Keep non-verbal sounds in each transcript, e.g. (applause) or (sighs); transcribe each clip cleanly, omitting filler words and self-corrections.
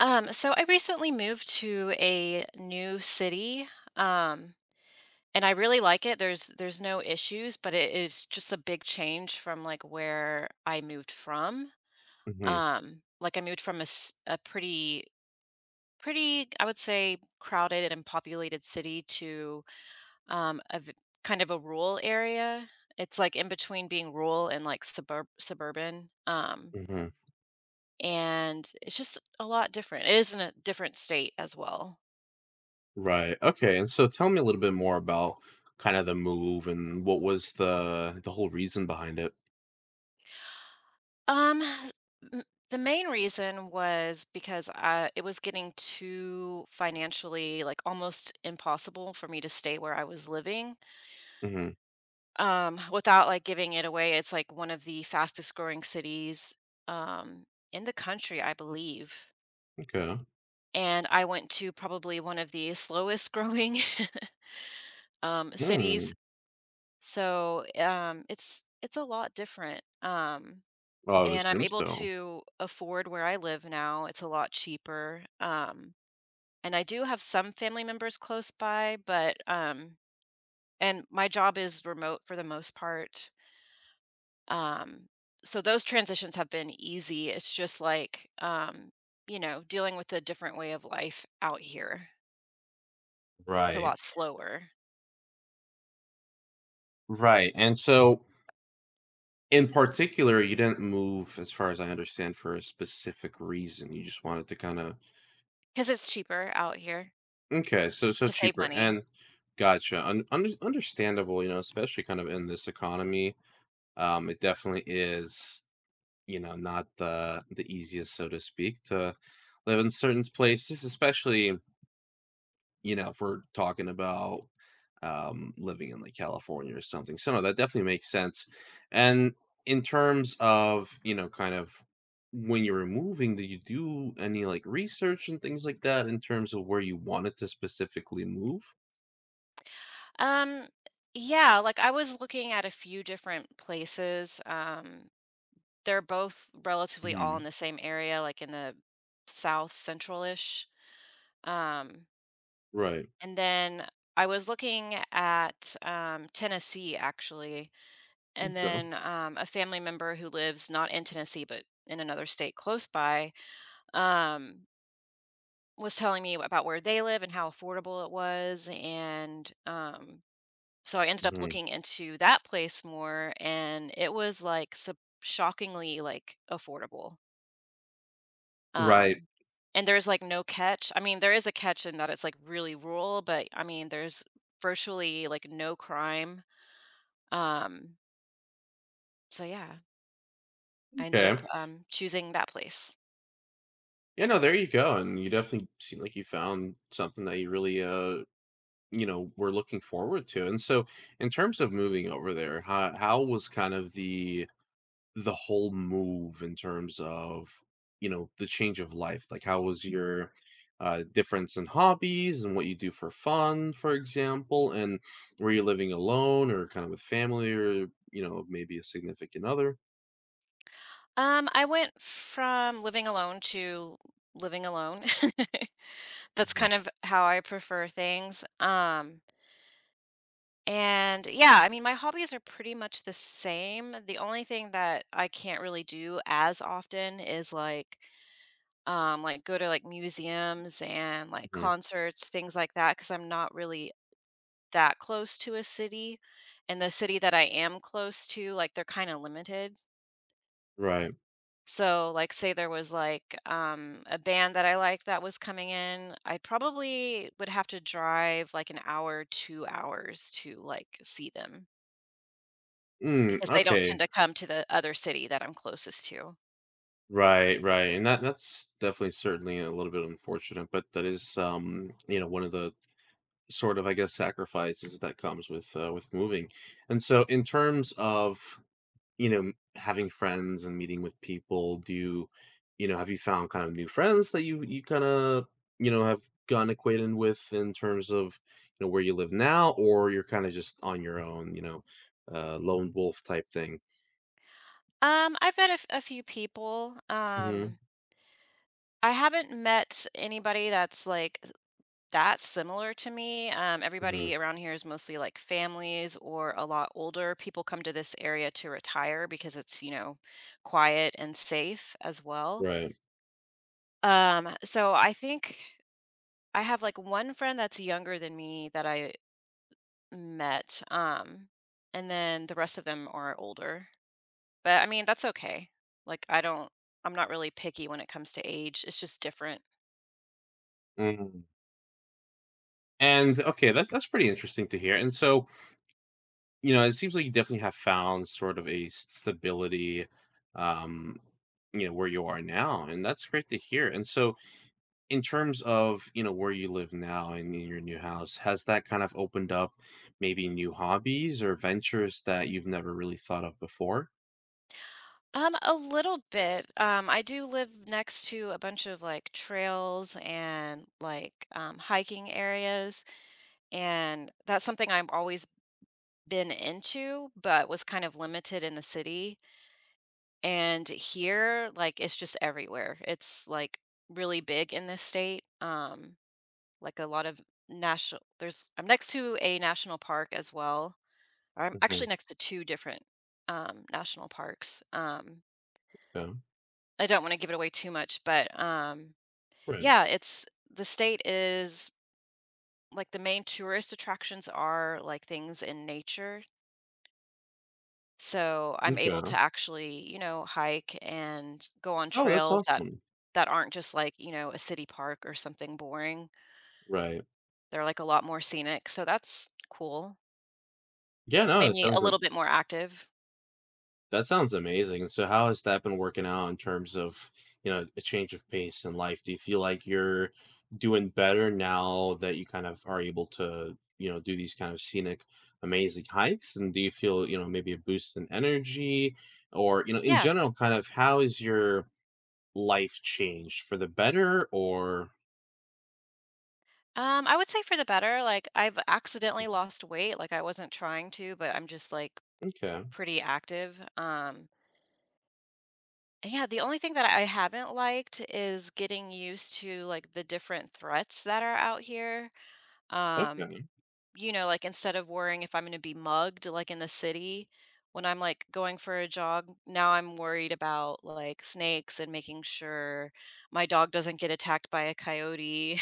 So I recently moved to a new city, um, and I really like it. There's no issues, but it is just a big change from like where I moved from. Hmm. Like I moved from a pretty I would say crowded and populated city to um, a v- kind of a rural area. It's like in between being rural and like suburban. Hmm. And it's just a lot different. It is in a different state as well. Right. Okay. And so tell me a little bit more about kind of the move and what was the whole reason behind it. Um, m- the main reason was because it was getting too financially, like almost impossible for me to stay where I was living. Hmm. Without like giving it away, it's like one of the fastest growing cities, um, in the country, I believe. Okay. And I went to probably one of the slowest growing, (laughs) cities. Mm. So, it's a lot different. Well, I would And I'm assume able so. to afford where I live now. It's a lot cheaper. And I do have some family members close by, but and my job is remote for the most part. Um, so those transitions have been easy. It's just like dealing with a different way of life out here. It's a Right. lot slower Right. And so in particular, you didn't move, as far as I understand, for a specific reason. You just wanted to kind of. because it's cheaper out here Okay. So to save cheaper money. and. Gotcha. Understandable. Especially kind of in this economy. It definitely is not the easiest, so to speak, to live in certain places, especially, if we're talking about living in like California or something. So no, that definitely makes sense. And in terms of, kind of when you were moving, did you do any like research and things like that in terms of where you wanted to specifically move? Um, yeah, like I was looking at a few different places. They're both relatively all in Mhm. the same area, like in the south central-ish. Um, Right. and then I was looking at Tennessee actually, and Okay. then a family member who lives not in Tennessee but in another state close by um, was telling me about where they live and how affordable it was, and so I ended up Mhm. looking into that place more, and it was like sup shockingly like affordable. Right. Um, and there's, like, no catch. I mean, there is a catch in that it's, like, really rural, but, I mean, there's virtually, like, no crime. Um, so yeah, I ended up, Okay. Choosing that place. Yeah, no, there you go. And you definitely seem like you found something that you really we're looking forward to. And so in terms of moving over there, how was kind of the whole move in terms of, the change of life? Like how was your difference in hobbies and what you do for fun, for example, and were you living alone or kind of with family or maybe a significant other? I went from living alone to living alone. (laughs) That's Mhm, kind of how I prefer things. And yeah, I mean, my hobbies are pretty much the same. The only thing that I can't really do as often is, like go to like museums and like mhm. concerts, things like that, because I'm not really that close to a city. And the city that I am close to, like they're kind of limited. Right. So, like, say there was like a band that I like that was coming in, I probably would have to drive like an hour, 2 hours to like see them Mm, because they don't okay. tend to come to the other city that I'm closest to. Right, right. And that's definitely certainly a little bit unfortunate, but that is one of the sort of I guess sacrifices that comes with moving. And so in terms of, having friends and meeting with people, do you, have you found kind of new friends that you kind of, have gotten acquainted with in terms of, where you live now or you're kind of just on your own, lone wolf type thing? I've met a few people. Mhm. I haven't met anybody that's like that's similar to me. Mhm. Everybody around here is mostly like families or a lot older. People come to this area to retire because it's, you know, quiet and safe as well. Right. So I think I have like one friend that's younger than me that I met. And then the rest of them are older. But I mean, that's okay. Like I don't, I'm not really picky when it comes to age. It's just different. Mm. And okay, that's pretty interesting to hear. And so it seems like you definitely have found sort of a stability, um, where you are now, and that's great to hear. And so, in terms of where you live now and in your new house, has that kind of opened up maybe new hobbies or ventures that you've never really thought of before? A little bit. I do live next to a bunch of like trails and like hiking areas, and that's something I've always been into, but was kind of limited in the city. And here, like, it's just everywhere. It's like really big in this state. Like, a lot of national there's I'm next to a national park as well, or I'm Hmm. actually next to 2 different, national parks. Yeah. I don't wanna give it away too much, but, Right. yeah, it's the state is like, the main tourist attractions are, like, things in nature, so I'm Okay. able to actually, you know, hike and go on Oh, that's trails that awesome. that aren't just, like, you know, a city park or something boring. Right. They're, like, a lot more scenic, so that's cool. Yeah. It's No, made it me a sounds. little bit more active. That sounds amazing. So how has that been working out in terms of, a change of pace in life? Do you feel like you're doing better now that you kind of are able to, do these kind of scenic, amazing hikes? And do you feel, maybe a boost in energy or, in Yeah. general, kind of how is your life changed for the better or. I would say for the better, like, I've accidentally lost weight, like, I wasn't trying to, but I'm just, like, Okay. pretty active. And yeah, the only thing that I haven't liked is getting used to, like, the different threats that are out here. Um, Okay. you know, like, instead of worrying if I'm gonna be mugged, like, in the city, when I'm, like, going for a jog, now I'm worried about, like, snakes and making sure my dog doesn't get attacked by a coyote.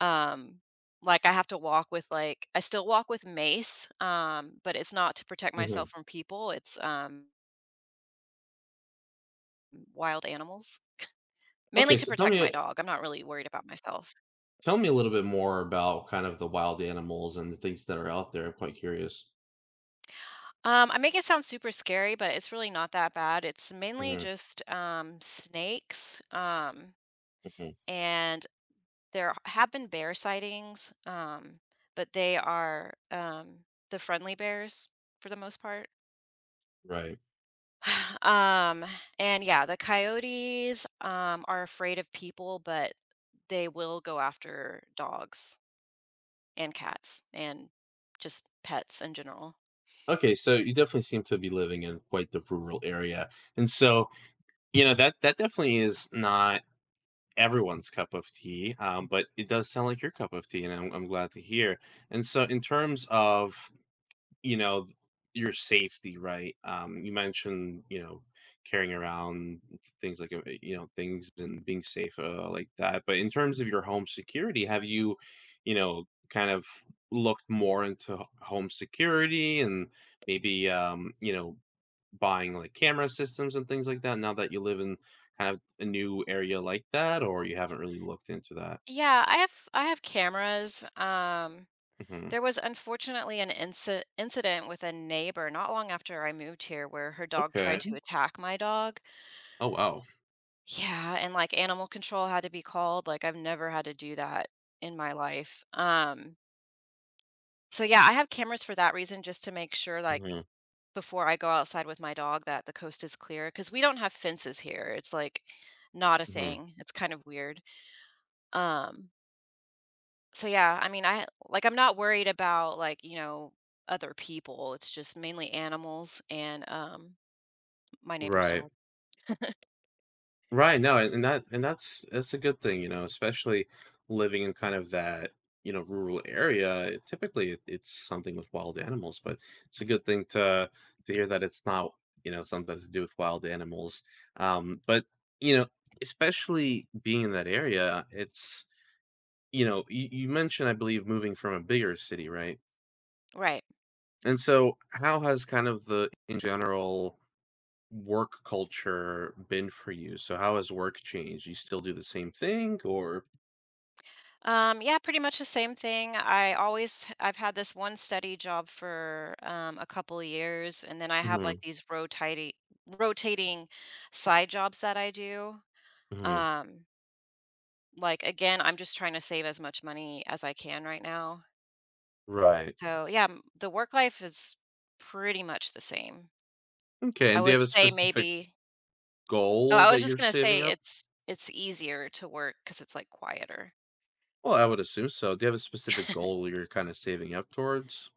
Um, like, I have to walk with, like I still walk with mace, but it's not to protect myself Hmm. from people, it's, wild animals. Mainly Okay, to so tell protect my me dog, I'm not really worried about myself. A little bit more about kind of the wild animals and the things that are out there. I'm quite curious. I make it sound super scary, but it's really not that bad. It's mainly Hmm. just, snakes, and there have been bear sightings, but they are, the friendly bears for the most part. Right. (sighs) Um, and yeah, the coyotes, are afraid of people, but they will go after dogs and cats and just pets in general. Okay, so you definitely seem to be living in quite the rural area. And so, that definitely is not everyone's cup of tea, but it does sound like your cup of tea, and I'm glad to hear. And so, in terms of you know, your safety, right? You mentioned, carrying around things like, things and being safe, like that. But in terms of your home security, have you, kind of looked more into home security and maybe, buying like camera systems and things like that now that you live in kind of a new area like that, or you haven't really looked into that? Yeah, I have cameras. Hmm. There was unfortunately an incident with a neighbor not long after I moved here where her dog tried Okay. to attack my dog. Oh, wow. Yeah, and like animal control had to be called. Like I've never had to do that in my life. So yeah, I have cameras for that reason just to make sure like Hmm. before I go outside with my dog that the coast is clear, because we don't have fences here, it's, like, not a Hmm. thing, it's kind of weird, um, so yeah, I mean, I'm not worried about, like, you know, other people, it's just mainly animals and, my neighbor's Right. dog. Right, no, and that's a good thing, especially living in kind of that, rural area. Typically, it's something with wild animals, but it's a good thing to hear that it's not, something to do with wild animals. But you know, especially being in that area, you you mentioned, I believe, moving from a bigger city, right? Right. And so, how has kind of the in general work culture been for you? So how has work changed? You still do the same thing or. Yeah, pretty much the same thing, I've had this one steady job for, a couple of years, and then I have, like, Mhm, these rotating side jobs that I do, mhm. um like, again, I'm just trying to save as much money as I can right now. Right. So, yeah, m the work life is pretty much the same. Okay, I and do you would have a say specific maybe. Oh, goal I was that just you're gonna say saving up? it's easier to work because it's, like, quieter. Well, I would assume so. Do you have a specific goal (laughs) you're kind of saving up towards?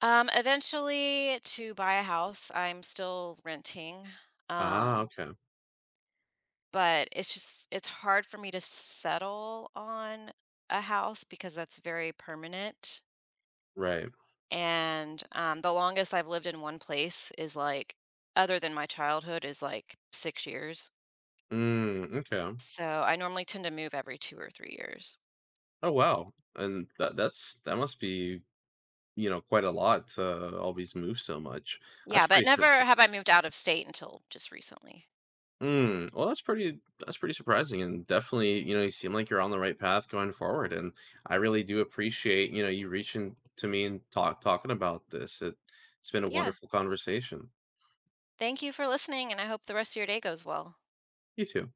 Eventually to buy a house, I'm still renting, Ah, um, okay. but it's hard for me to settle on a house because that's very permanent. Right. And, the longest I've lived in one place is, like, other than my childhood, is, like, 6 years. Mm, okay. So, I normally tend to move every 2 or 3 years. Oh, wow. And that must be, quite a lot to always move so much. That's Yeah, but pretty sus. never have I moved out of state until just recently. Mm, well, that's pretty surprising and definitely, you seem like you're on the right path going forward and I really do appreciate, you reaching to me and talking about this. It's been a Yeah. wonderful conversation. Thank you for listening, and I hope the rest of your day goes well. You too.